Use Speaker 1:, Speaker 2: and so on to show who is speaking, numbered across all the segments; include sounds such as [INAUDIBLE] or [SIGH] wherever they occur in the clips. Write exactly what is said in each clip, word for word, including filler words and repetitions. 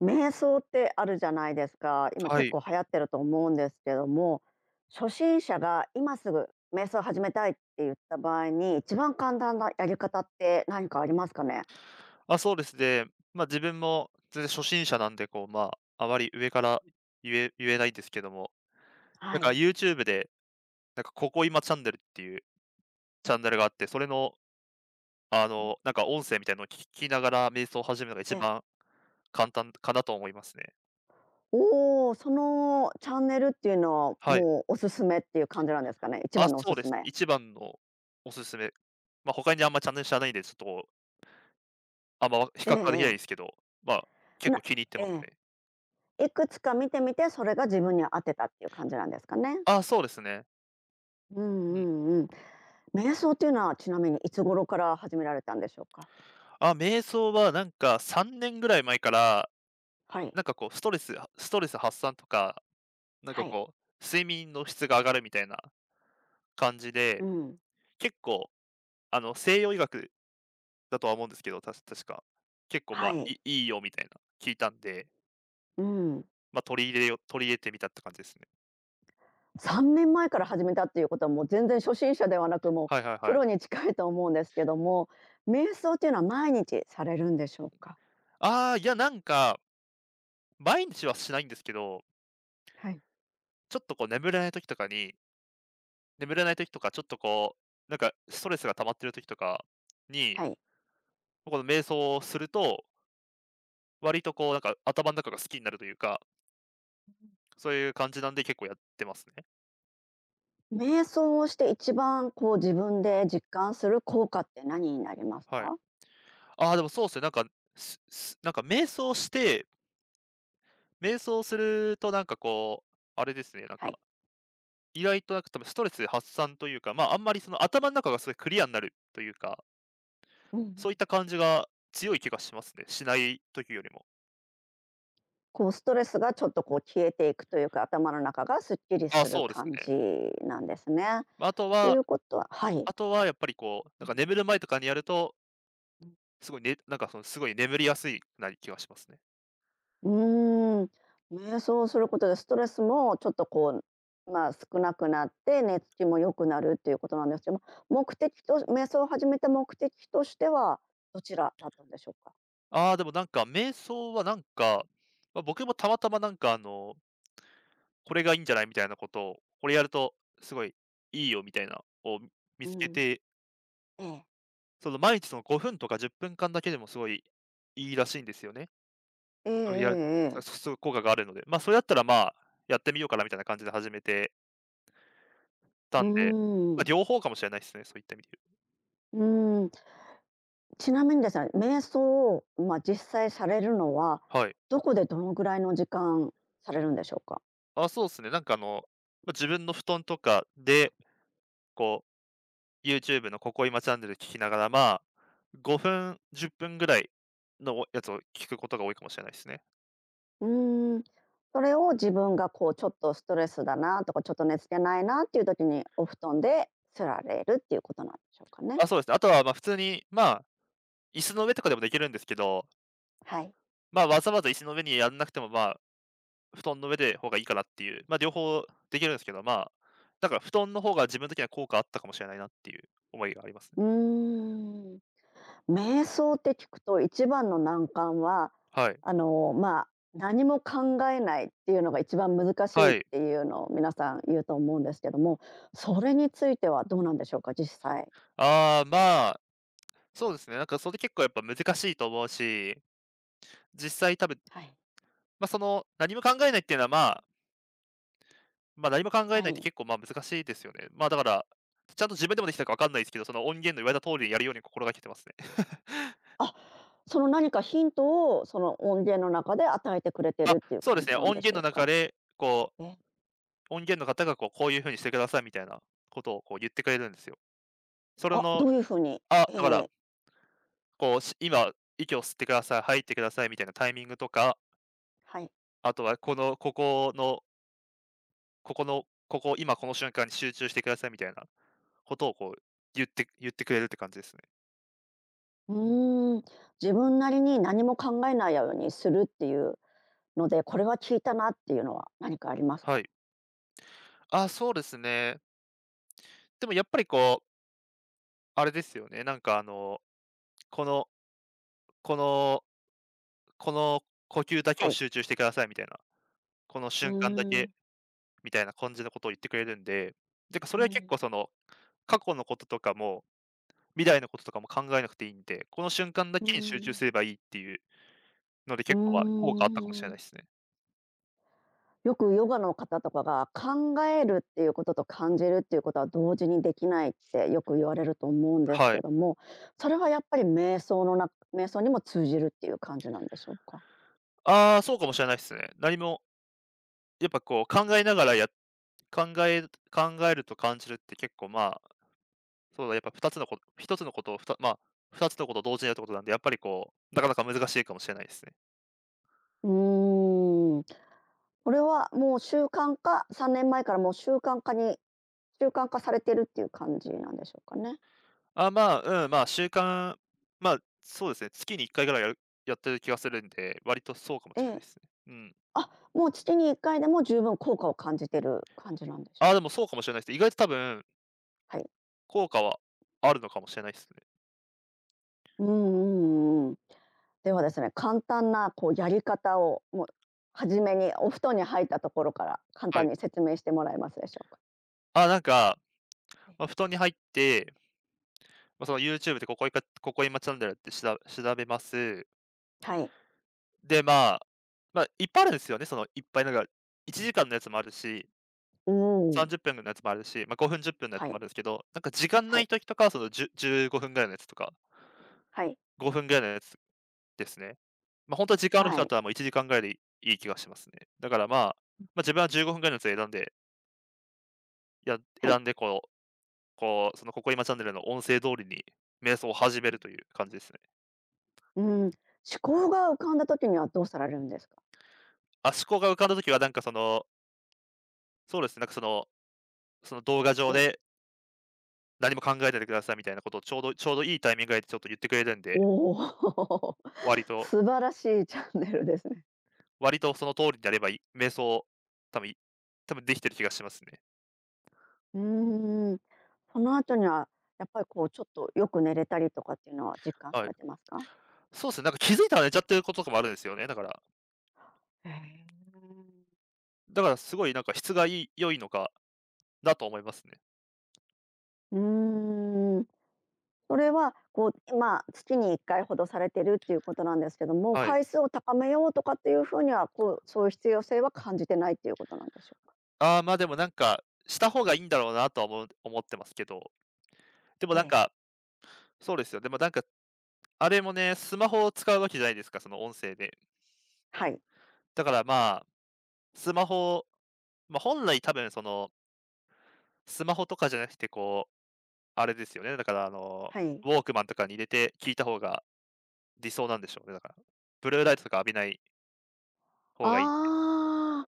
Speaker 1: 瞑想ってあるじゃないですか。今
Speaker 2: は
Speaker 1: 結
Speaker 2: い。
Speaker 1: 構流行ってると思うんですけども、初心者が今すぐ瞑想始めたいって言った場合に、一番簡単なやり方って何かありますかね？
Speaker 2: あ、そうですね。ま、自分も全然初心者なんで、こう、まあ、あまり上から言え言えないんですけども、な
Speaker 1: は
Speaker 2: んか
Speaker 1: い。
Speaker 2: YouTube で、なんかここ今チャンネルっていうチャンネルがあって、それの、あ
Speaker 1: うん。
Speaker 2: の、なんか音声みたいなのを聞きながら瞑想を始めるのが
Speaker 1: え
Speaker 2: 一
Speaker 1: え。
Speaker 2: 番簡単かなと思いますね。
Speaker 1: おお、そのチャンネルっていうのは、
Speaker 2: はい。
Speaker 1: もうおすすめっていう感じなんですかね？一
Speaker 2: あ、
Speaker 1: 番のお
Speaker 2: そ
Speaker 1: す
Speaker 2: うで
Speaker 1: す
Speaker 2: す。
Speaker 1: め。
Speaker 2: 一番のおすすめ。ま、他にあんまチャンネル知らないんで、ちょっと、あんま比
Speaker 1: え
Speaker 2: 較はできないで
Speaker 1: ええ
Speaker 2: すけど、ま、
Speaker 1: え。
Speaker 2: 結構
Speaker 1: な
Speaker 2: 気に入ってます
Speaker 1: え
Speaker 2: ね。
Speaker 1: え。いくつか見てみて、それが自分に合ってたっていう感じなんですかね？
Speaker 2: あ、そうですね。
Speaker 1: う
Speaker 2: うん。
Speaker 1: んうんうん。瞑想っていうのは、ちなみにいつ頃から始められたんでしょうか？
Speaker 2: あ、瞑想はなんかさんねんぐらい前から
Speaker 1: はい。
Speaker 2: なんかこう、ストレスストレス発散とか、なんか
Speaker 1: はい。
Speaker 2: こう、睡眠の質が上がるみたいな感じ
Speaker 1: う
Speaker 2: で、
Speaker 1: ん。
Speaker 2: 結構あの、西洋医学だとは思うんですけど、たし確か。結構、ま
Speaker 1: は
Speaker 2: あ、
Speaker 1: い。
Speaker 2: いいいよみたいな聞いたんで、
Speaker 1: うん。
Speaker 2: まあ、取り入れよ取り入れてみたって感じですね。
Speaker 1: さんねんまえから始めたっていうことは、もう全然初心者ではなく、も
Speaker 2: は
Speaker 1: う
Speaker 2: いはい
Speaker 1: プ
Speaker 2: はい。
Speaker 1: ロに近いと思うんですけども、瞑想っていうのは毎日されるんでしょうか？
Speaker 2: ああ、いやなんか、毎日はしないんですけど、
Speaker 1: はい。
Speaker 2: ちょっとこう眠れない時とかに眠れない時とかちょっとこう、なんかストレスが溜まってる時とかに、
Speaker 1: はい。
Speaker 2: この瞑想をすると、割とこうなんか頭の中が好きになるというか、そういう感じなんで、結構やってますね。
Speaker 1: 瞑想をして一番こう自分で実感する効果って何になります
Speaker 2: はい。
Speaker 1: か？
Speaker 2: ああ、でもそうっすね、なんか、すすなんか瞑想して、瞑想するとなんかこう、あれですね、なん
Speaker 1: は
Speaker 2: か、
Speaker 1: い。
Speaker 2: 意外となんか多分ストレス発散というか、まあ、あんまりその頭の中がすごいクリアになるというか、
Speaker 1: うんう
Speaker 2: そう
Speaker 1: ん。
Speaker 2: いった感じが強い気がしますね。しない時よりも。
Speaker 1: こうストレスがちょっとこう消えていくというか、頭の中がすっきり
Speaker 2: ああ、
Speaker 1: する
Speaker 2: そうです
Speaker 1: 感
Speaker 2: ね。
Speaker 1: じなんですね。
Speaker 2: ま、ああと
Speaker 1: とい
Speaker 2: は
Speaker 1: うことははい。
Speaker 2: あとはやっぱりこう、なん
Speaker 1: う
Speaker 2: か
Speaker 1: ん。
Speaker 2: 眠る前とかにやると、すごいねなんかそのすごい眠りやすいな気がしますね。
Speaker 1: うーん、瞑想をすることでストレスもちょっとこう、まあ、少なくなって寝つきも良くなるっていうことなんですけども、目的と瞑想を始めた目的としてはどちらだったんでしょうか？
Speaker 2: ああ、でもなんか瞑想はなんか、まあ、僕もたまたまなんかあのこれがいいんじゃないみたいなことを、これやるとすごいいいよみたいなを見
Speaker 1: う
Speaker 2: つけ
Speaker 1: ん。
Speaker 2: て、
Speaker 1: ええ。
Speaker 2: その毎日そのごふんとかじゅっぷんかんだけでもすごいいいらしいんですよね。
Speaker 1: えええ
Speaker 2: それやる
Speaker 1: ええ
Speaker 2: あ
Speaker 1: え。
Speaker 2: そう効果があるので、まあ、それだったら、まあ、やってみようかなみたいな感じで始めてたん
Speaker 1: う
Speaker 2: で、
Speaker 1: ー
Speaker 2: ま、
Speaker 1: ん。
Speaker 2: 両方かもしれないですね、そういった意味で
Speaker 1: うーん。ちなみにですね、瞑想を、まあ、実際されるのは、
Speaker 2: 言う。はい。
Speaker 1: どこでどのぐらいの時間されるんでしょうか？
Speaker 2: あ、そうすね、なんかあの、ま、自分の布団とかで、こう YouTube のここいまチャンネル聞きながら、まあ、ごふん、じゅっぷんぐらいのやつを聞くことが多いかもしれないですね。
Speaker 1: うーん、それを自分がこうちょっとストレスだなとか、ちょっと寝つけないなっていう時にお布団で釣られるっていうことなんでしょうかね。
Speaker 2: あ、そうですね。あとは、まあ、普通に、まあ、椅子の上とかでもできるんですけど、
Speaker 1: はい。
Speaker 2: まあ、わざわざ椅子の上にやんなくても、まあ、布団の上で方がいいかなっていう、まあ、両方できるんですけど、まあ、だから布団の方が自分的には効果あったかもしれないなっていう思いがありますね。
Speaker 1: うーん。瞑想って聞くと一番の難関は、
Speaker 2: はい。
Speaker 1: あの、まあ、何も考えないっていうのが一番難しい
Speaker 2: は
Speaker 1: っ
Speaker 2: い。
Speaker 1: ていうのを皆さん言うと思うんですけども、それについてはどうなんでしょうか、実際。
Speaker 2: ああ、まあ、そうですね。なんかそれ結構やっぱ難しいと思うし、実際多分、
Speaker 1: はい。
Speaker 2: まあ、その、何も考えないっていうのは、まあ、まあ、何も考えないっ
Speaker 1: は
Speaker 2: て
Speaker 1: い。
Speaker 2: 結構、まあ、難しいですよね。まあ、だから、ちゃんと自分でもできたかわかんないですけど、その音源の言われた通りにやるように心がけてますね。
Speaker 1: その何かヒントを、その音源の中で与えてくれて
Speaker 2: あ、
Speaker 1: るっていう
Speaker 2: そうで
Speaker 1: 感
Speaker 2: す
Speaker 1: じ
Speaker 2: ね。
Speaker 1: なん
Speaker 2: 音
Speaker 1: で
Speaker 2: 源
Speaker 1: し
Speaker 2: の
Speaker 1: ょう
Speaker 2: 中
Speaker 1: か？
Speaker 2: で、こう、
Speaker 1: え
Speaker 2: 音源の方がこう、こういう風にしてくださいみたいなことをこう言ってくれるんですよ。それ
Speaker 1: あ、
Speaker 2: の
Speaker 1: どういう風に
Speaker 2: あ、
Speaker 1: え
Speaker 2: だから、
Speaker 1: ー
Speaker 2: こう、し今、息を吸ってください、吐いてくださいみたいなタイミングとか、
Speaker 1: はい。
Speaker 2: あとはこの、ここの、ここの、ここ、今この瞬間に集中してくださいみたいなことをこう言って言ってくれるって感じですね。
Speaker 1: うーん、自分なりに何も考えないようにするっていうので、これは聞いたなっていうのは何かあります
Speaker 2: は
Speaker 1: か？
Speaker 2: い。あ、そうですね。でもやっぱりこう、あれですよね、なんかあの、このこのこの呼吸だけ
Speaker 1: は
Speaker 2: を
Speaker 1: い。
Speaker 2: 集中してくださいみたいな、この
Speaker 1: う
Speaker 2: 瞬間だ
Speaker 1: ー
Speaker 2: け
Speaker 1: ん、
Speaker 2: みたいな感じのことを言ってくれるんで、てかそ
Speaker 1: う
Speaker 2: れは結
Speaker 1: ん、
Speaker 2: 構その、過去のこととかも、未来のこととかも考えなくていいんで、この瞬間だ
Speaker 1: うー
Speaker 2: けに集中
Speaker 1: ん、
Speaker 2: すればいいっていうので、
Speaker 1: う
Speaker 2: 結構は
Speaker 1: ー
Speaker 2: 効果あったかもしれないで
Speaker 1: ん。
Speaker 2: すね。
Speaker 1: よくヨガの方とかが、考えるっていうことと感じるっていうことは同時にできないってよく言われると思うんです
Speaker 2: は
Speaker 1: け
Speaker 2: い。
Speaker 1: ども、それはやっぱり瞑想のな瞑想にも通じるっていう感じなんでしょうか？
Speaker 2: ああ、そうかもしれないですね。何も、やっぱこう考えながらや考え考えると感じるって結構まあ、そうだ、やっぱ2つのことひとつのことをふたまあ、ふたつのことを同時にやるってことなんで、やっぱりこう、なかなか難しいかもしれないですね。
Speaker 1: うーん。これはもう習慣化さんねんまえからもう習慣化に習慣化されてるっていう感じなんでしょうかね？
Speaker 2: あ、まあ、うん、まあ、習慣まあ、そうですね、月にいっかいぐらいやるやってる気がするんで、割とそうかも
Speaker 1: え
Speaker 2: しれない
Speaker 1: え。
Speaker 2: ですね。うん。
Speaker 1: あ、もう月にいっかいでも十分効果を感じてる感じなんでしょ
Speaker 2: あ、
Speaker 1: う？
Speaker 2: でもそうかもしれないですね。意外と多分、
Speaker 1: はい。
Speaker 2: 効果はあるのかもしれないですね。
Speaker 1: うんうんうん。ではですね、簡単なこうやり方を、もう初めにお布団に入ったところから簡
Speaker 2: は
Speaker 1: 単
Speaker 2: い。
Speaker 1: に説明してもらえますでしょうか？
Speaker 2: あ、なんか、
Speaker 1: え。
Speaker 2: まあ、布団に入って、まあ、その YouTube でここいかここいまチャンネルって調べ調べます。
Speaker 1: はい。
Speaker 2: で、まあ、まあ、いっぱいあるんですよね、そのいっぱいなんか、いちじかんのやつもあるし、
Speaker 1: うん。
Speaker 2: さんじゅっぷんのやつもあるし、まあ、ごふん、じゅっぷんのやつ
Speaker 1: は
Speaker 2: もあ
Speaker 1: い。
Speaker 2: るんですけど、なんか時間
Speaker 1: は
Speaker 2: ない
Speaker 1: い。
Speaker 2: 時とかはその、じゅじゅうごふんぐらいのやつとか、
Speaker 1: はい。
Speaker 2: ごふんぐらいのやつですね。ま、あ本当は時間ある
Speaker 1: は
Speaker 2: 人だっ
Speaker 1: い。
Speaker 2: たらもういちじかんぐらいでいい気がしますね。だから、まあ、まあ、自分はじゅうごふんぐらいのやつを選んで、や
Speaker 1: はい。
Speaker 2: 選んで、こうこう、そのここ今チャンネルの音声通りに瞑想を始めるという感じですね。
Speaker 1: うん。思考が浮かんだ時にはどうされるんですか？
Speaker 2: あ、思考が浮かんだ時はなんかその、そうですね、なんかそのその動画
Speaker 1: え
Speaker 2: 上
Speaker 1: え。
Speaker 2: で何も考えないでくださいみたいなことをちょうどちょうどいいタイミングでちょっと言ってくれるんで、
Speaker 1: おお、
Speaker 2: 割
Speaker 1: [LAUGHS]
Speaker 2: と
Speaker 1: 素晴らしいチャンネルですね。
Speaker 2: 割とその通りにあればいい瞑想、多分い多分できてる気がしますね。
Speaker 1: うーん。その後には、やっぱりこうちょっとよく寝れたりとかっていうのは実感
Speaker 2: は
Speaker 1: さ
Speaker 2: い。
Speaker 1: れてますか？
Speaker 2: そうですね、なんか気づいたら寝ちゃってることとかもあるんですよね、だから。
Speaker 1: へえ。
Speaker 2: だからすごいなんか質がいい良いのかだと思いますね。
Speaker 1: うーん、それはこう、まあ、月にいっかいほどされてるっていうことなんですけども、
Speaker 2: はい。
Speaker 1: 回数を高めようとかっていうふうには、こう、そういう必要性は感じてないっていうことなんでしょうか？
Speaker 2: ああ、まあ、でもなんか、した方がいいんだろうなとは思う思ってますけど、でも
Speaker 1: え
Speaker 2: なん
Speaker 1: え。
Speaker 2: か、そうですよ、でもなんか、あれもね、スマホを使うわけじゃないですか、その音声で。
Speaker 1: はい、
Speaker 2: だからまあ、スマホ、ま、本来多分その、スマホとかじゃなくてこう、あれですよね、だからあの、
Speaker 1: はい。
Speaker 2: ウォークマンとかに入れて聞いた方が理想なんでしょうね、だから。ブルーライトとか浴びない方がいい、
Speaker 1: ああ、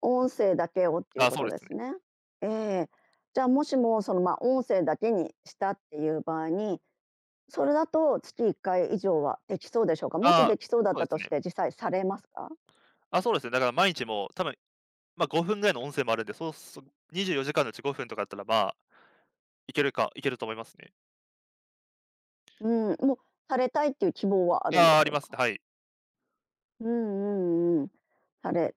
Speaker 1: 音声だけをってい
Speaker 2: あ
Speaker 1: う
Speaker 2: あ、
Speaker 1: こ
Speaker 2: そう
Speaker 1: と
Speaker 2: で
Speaker 1: で
Speaker 2: すね。
Speaker 1: すね。ええ。じゃあ、もしもその、ま、音声だけにしたっていう場合に、それだと月いっかい以上はできそうでしょうか？もし
Speaker 2: ああ、
Speaker 1: できそうだっ
Speaker 2: そう
Speaker 1: た
Speaker 2: です
Speaker 1: とし
Speaker 2: ね。
Speaker 1: て、実際されますか？
Speaker 2: あ、そうですね、だから毎日もう多分まあ、ごふんぐらいの音声もあるんで、そうすにじゅうよじかんのうちごふんとかだったら、まあ、いけるかいけると思いますね。
Speaker 1: うん、もうされたいっていう希望はあるんで
Speaker 2: ああ、あ
Speaker 1: し
Speaker 2: り
Speaker 1: ょう
Speaker 2: ます
Speaker 1: か？
Speaker 2: ね、はい。
Speaker 1: うんうんうん。され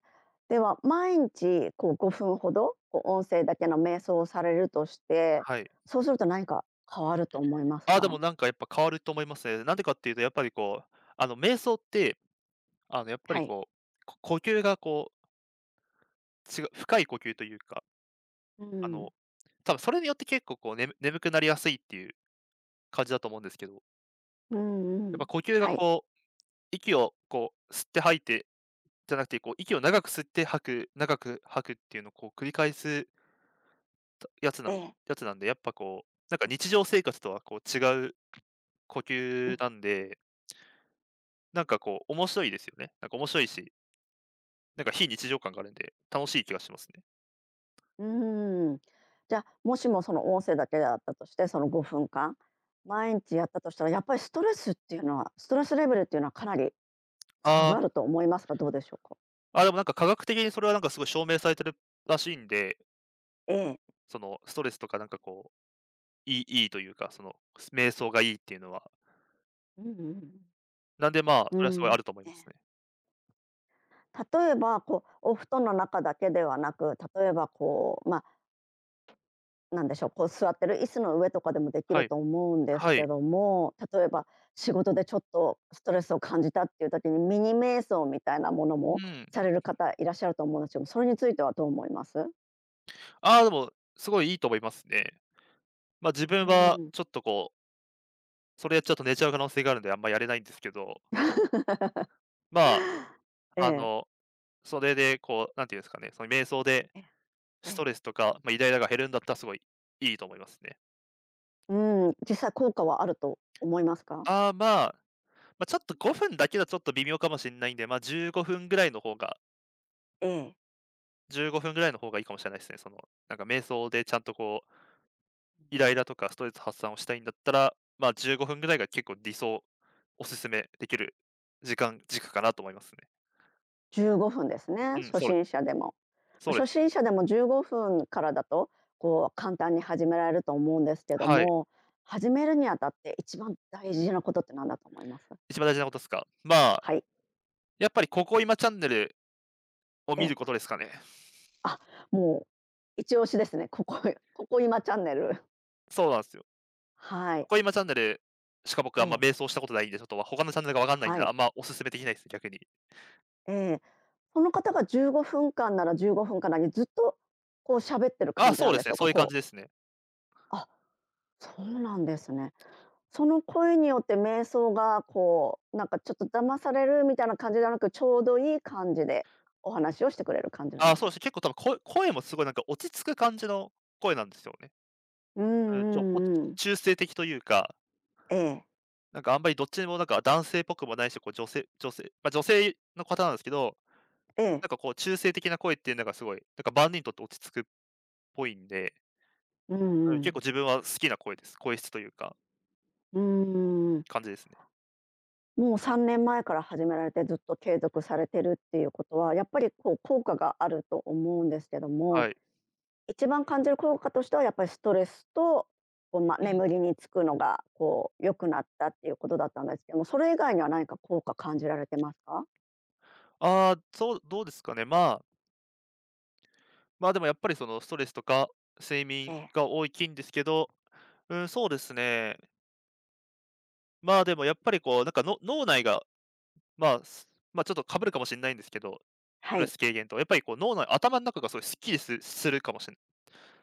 Speaker 1: では毎日こうごふんほど、こう音声だけの瞑想をされるとして、
Speaker 2: はい。
Speaker 1: そうすると何か変わると思います
Speaker 2: ああ、で
Speaker 1: か？
Speaker 2: もなんかやっぱ変わると思いますね。なんでかっていうとやっぱりこう、あの、瞑想って、あの、やっぱり
Speaker 1: はい。
Speaker 2: こう、こ呼吸がこう、違う深い呼吸というか、
Speaker 1: う
Speaker 2: あの、
Speaker 1: ん。
Speaker 2: 多分それによって結構こう、ね眠くなりやすいっていう感じだと思うんですけど、
Speaker 1: うんう
Speaker 2: やっぱ
Speaker 1: ん。
Speaker 2: 呼吸が
Speaker 1: はい。
Speaker 2: こう、息をこう、吸って吐いてじゃなくて、こう、息を長く吸って吐く、長く吐くっていうのをこう繰り返すやつ
Speaker 1: え
Speaker 2: な
Speaker 1: え。
Speaker 2: やつなんで、やっぱこう、なんか日常生活とはこう違う呼
Speaker 1: う
Speaker 2: 吸
Speaker 1: ん。
Speaker 2: なんで、なんかこう面白いですよね。なんか面白いし、なんか非日常感があるんで、楽しい気がしますね。
Speaker 1: うーん。じゃあ、もしもその音声だけだったとして、そのごふんかん、毎日やったとしたら、やっぱりストレスっていうのはストレスレベルっていうのはかなり下
Speaker 2: あ
Speaker 1: がると思いますか？どうでしょうか？
Speaker 2: あ、あ、でもなんか科学的にそれはなんかすごい証明されてるらしいんで、
Speaker 1: ええ。
Speaker 2: そのストレスとかなんかこう、いいいいというか、その瞑想がいいっていうのは。
Speaker 1: うんうんうん。
Speaker 2: なんでまあ、
Speaker 1: う
Speaker 2: それはすごいあ
Speaker 1: ん。
Speaker 2: ると思い
Speaker 1: え
Speaker 2: ま
Speaker 1: え。
Speaker 2: すね。
Speaker 1: 例えば、こう、お布団の中だけではなく、例えばこう、ま、なんでしょう、こう座ってる椅子の上とかでもでき
Speaker 2: は
Speaker 1: る
Speaker 2: い。
Speaker 1: と思うんです
Speaker 2: は
Speaker 1: け
Speaker 2: い。
Speaker 1: ども、例えば仕事でちょっとストレスを感じたっていう時にミニ瞑想みたいなもの
Speaker 2: う
Speaker 1: も
Speaker 2: ん。
Speaker 1: される方いらっしゃると思うんですけど、それについてはどう思います？
Speaker 2: ああ、でも、すごいいいと思いますね。ま、自分
Speaker 1: う
Speaker 2: は
Speaker 1: ん。
Speaker 2: ちょっとこう、それやっちゃうと寝ちゃう可能性があるんで、あんまやれないんですけどま
Speaker 1: え
Speaker 2: あ、あ
Speaker 1: え。
Speaker 2: の、それでこう、なんていうんですかね、その瞑想で
Speaker 1: えええ
Speaker 2: スト
Speaker 1: え。
Speaker 2: レスとか、まあ、イライラが減るんだったらすごいいいと思いますね。
Speaker 1: うん、実際効果はあると思いますか？
Speaker 2: ああ、まあ、まあ、ちょっとごふんだけだとちょっと微妙かもしれないんで、ま、あじゅうごふんぐらいの方が
Speaker 1: ええ。
Speaker 2: 15分ぐらいの方がいいかもしれないですね。その、なんか瞑想でちゃんとこう、イライラとかストレス発散をしたいんだったら、まあ、じゅうごふんぐらいが結構理想、おすすめできる時間軸かなと思いますね。
Speaker 1: じゅうごふんですね、
Speaker 2: うん、
Speaker 1: 初
Speaker 2: そうで
Speaker 1: 心
Speaker 2: す。
Speaker 1: 者でも。
Speaker 2: そうで
Speaker 1: 初
Speaker 2: す。
Speaker 1: 心者でもじゅうごふんからだと、こう簡単に始められると思うんですけど
Speaker 2: はい。
Speaker 1: も、始めるにあたって一番大事なことって何だと思います？
Speaker 2: 一番大事なことですか。まあ、
Speaker 1: はい、
Speaker 2: やっぱりここ今チャンネルを
Speaker 1: え
Speaker 2: 見る
Speaker 1: え。
Speaker 2: ことですかね。
Speaker 1: あ、もう一押しですね。ここ [LAUGHS] ここ今チャンネル。
Speaker 2: そうなんですよ。
Speaker 1: は
Speaker 2: こ
Speaker 1: い。
Speaker 2: こ今チャンネルしか僕
Speaker 1: え
Speaker 2: あんま
Speaker 1: え。
Speaker 2: 迷走したことないんで、ちょっとわ他のチャンネルがわかんないん
Speaker 1: は
Speaker 2: で、あ
Speaker 1: い。
Speaker 2: んまおすすめできないですね、逆に。
Speaker 1: ええ。その方がじゅうごふんかんならじゅうごふんかんなり、ずっとこう喋ってる
Speaker 2: あ
Speaker 1: 感じ
Speaker 2: そ
Speaker 1: な
Speaker 2: う
Speaker 1: ん
Speaker 2: で
Speaker 1: で
Speaker 2: す
Speaker 1: し
Speaker 2: ね、
Speaker 1: ょう
Speaker 2: そ
Speaker 1: か？
Speaker 2: ういう感じ
Speaker 1: こう、
Speaker 2: ですね。
Speaker 1: あ、そうなんですね。その声によって瞑想がこう、なんかちょっと騙されるみたいな感じではなく、ちょうどいい感じでお話をしてくれる感じなん
Speaker 2: あ
Speaker 1: でし
Speaker 2: そう
Speaker 1: ょ
Speaker 2: ですね、
Speaker 1: う
Speaker 2: 結
Speaker 1: か？
Speaker 2: 構多分こ声もすごいなんか落ち着く感じの声なんですよね。
Speaker 1: うん
Speaker 2: うん、
Speaker 1: う
Speaker 2: ちょこ
Speaker 1: んうん。
Speaker 2: 中性的というか、
Speaker 1: ええ、
Speaker 2: なんかあんまりどっちにもなんか男性っぽくもないし、こう女性女性まあ、女性の方なんですけど、
Speaker 1: え
Speaker 2: な
Speaker 1: え。
Speaker 2: んかこう中性的な声っていうのがすごい、なんか万人にとって落ち着くっぽいんで、
Speaker 1: う
Speaker 2: う
Speaker 1: んう
Speaker 2: ん、結
Speaker 1: ん。
Speaker 2: 構自分は好きな声です。声質というか、
Speaker 1: うんうんうんうんねん、
Speaker 2: 感じですね。
Speaker 1: もうさんねんまえから始められてずっと継続されてるっていうことは、やっぱりこう効果があると思うんですけども、
Speaker 2: はい。
Speaker 1: 一番感じる効果としてはやっぱりストレスと、こう、ま、
Speaker 2: うん。
Speaker 1: 眠りにつくのがこう良くなったっていうことだったんですけども、それ以外には何か効果感じられてますか？
Speaker 2: ああ、そう、どうですかね、まあまあ、でもやっぱりそのストレスとか、睡眠
Speaker 1: ええ、
Speaker 2: が大きいんですけど、うん、そうですね。まあ、でもやっぱりこうなんかの脳内が、まあ、すまあ、ちょっとかぶるかもしれないんですけど、ス
Speaker 1: は
Speaker 2: トレ
Speaker 1: い。
Speaker 2: ス軽減とやっぱりこう脳内頭の中がすごいすっきりすするかもしれな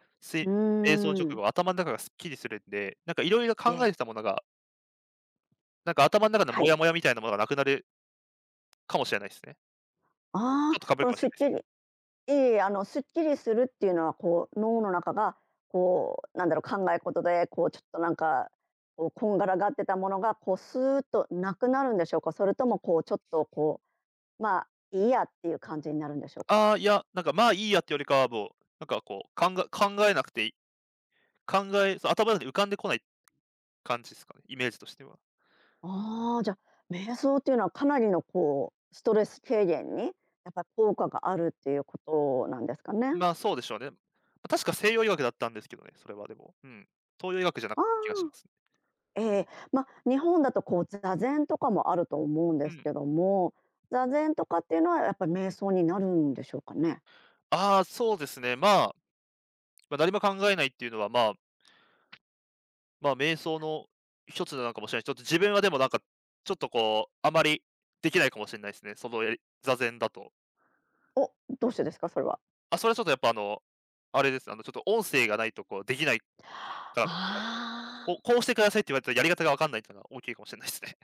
Speaker 2: いす
Speaker 1: うー
Speaker 2: 瞑想の直
Speaker 1: ん。
Speaker 2: 後頭の中がすっきりするんで、なんかいろいろ
Speaker 1: え
Speaker 2: 考えて
Speaker 1: え、
Speaker 2: たものが、なんか頭の中の
Speaker 1: は
Speaker 2: モ
Speaker 1: い。
Speaker 2: ヤモヤみたいなものがなくなるかもしれないですね。ちょ
Speaker 1: あ
Speaker 2: っとか
Speaker 1: あ、
Speaker 2: ぶる
Speaker 1: こ
Speaker 2: か
Speaker 1: の
Speaker 2: もしれ
Speaker 1: すっ
Speaker 2: ないですけ
Speaker 1: きりい
Speaker 2: ど。
Speaker 1: えいえ、あのすっきりするっていうのは、こう脳の中がこうなんだろう、考え事でこうちょっとなんか、こうこんがらがってたものが、こうスーッとなくなるんでしょうか？それともこうちょっとこう、まあ、いいやっていう感じになるんでしょうか？
Speaker 2: ああ、いや、なんか、まあ、いいやってよりかはもう、なんかこう、考え考えなくていい考えそう頭の中に浮かんでこない感じですかね、イメージとしては。
Speaker 1: ああ、じゃあ、瞑想っていうのはかなりのこうストレス軽減に、やっぱ効果があるっていうことなんですかね。
Speaker 2: まあ、そうでしょうね。ま、確か西洋医学だったんですけどね、それはでも。うん。東洋医学じゃな
Speaker 1: あ
Speaker 2: か
Speaker 1: あ。
Speaker 2: った気がしますね。
Speaker 1: ええ、まあ、日本だとこう座禅とかもあると思うん
Speaker 2: う
Speaker 1: ですけ
Speaker 2: ん。
Speaker 1: ども、座禅とかっていうのはやっぱり瞑想になるんでしょうかね？
Speaker 2: ああ、そうですね。まあ、まあ、何も考えないっていうのは、まあ、まあ、瞑想の一つなのかもしれない。ちょっと自分はでもなんか、ちょっとこう、あまりできないかもしれないですね。そのやり座禅だと。
Speaker 1: お、どうしてですか？それは。
Speaker 2: あ、それはちょっとやっぱあの、あれですね、あの、ちょっと音声がないとこうできないから、あの、
Speaker 1: あ
Speaker 2: こうこ
Speaker 1: あ。
Speaker 2: うしてくださいって言われたらやり方がわかんないっていうのが大きいかもしれないですね。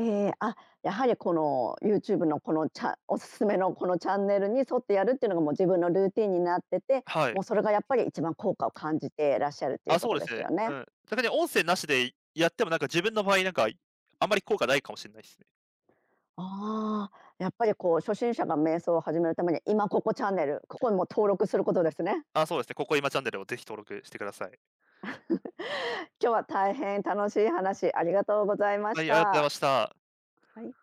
Speaker 1: ええ、あ、やはりこの YouTube のこの、チャ、おすすめのこのチャンネルに沿ってやるっていうのがもう自分のルーティンになって
Speaker 2: [LAUGHS]
Speaker 1: て、
Speaker 2: は
Speaker 1: も
Speaker 2: い。
Speaker 1: うそれがやっぱり一番効果を感じていらっしゃるってい
Speaker 2: あ、
Speaker 1: うこ
Speaker 2: そう
Speaker 1: と
Speaker 2: で
Speaker 1: で
Speaker 2: す
Speaker 1: す
Speaker 2: ね。
Speaker 1: よ
Speaker 2: う
Speaker 1: ね。
Speaker 2: ん。逆に音声なしでやってもなんか自分の場合なんか、あんまり効果ないかもしれないですね。
Speaker 1: ああ、やっぱりこう初心者が瞑想を始めるために、今ここチャンネル、ここにもう登録することですね。
Speaker 2: あ、そうですね、ここ今チャンネルをぜひ登録してください。
Speaker 1: 今日は大変楽しい話ありがとうございま
Speaker 2: はい、あ
Speaker 1: し
Speaker 2: りがとうござい
Speaker 1: た。
Speaker 2: ました。
Speaker 1: はい。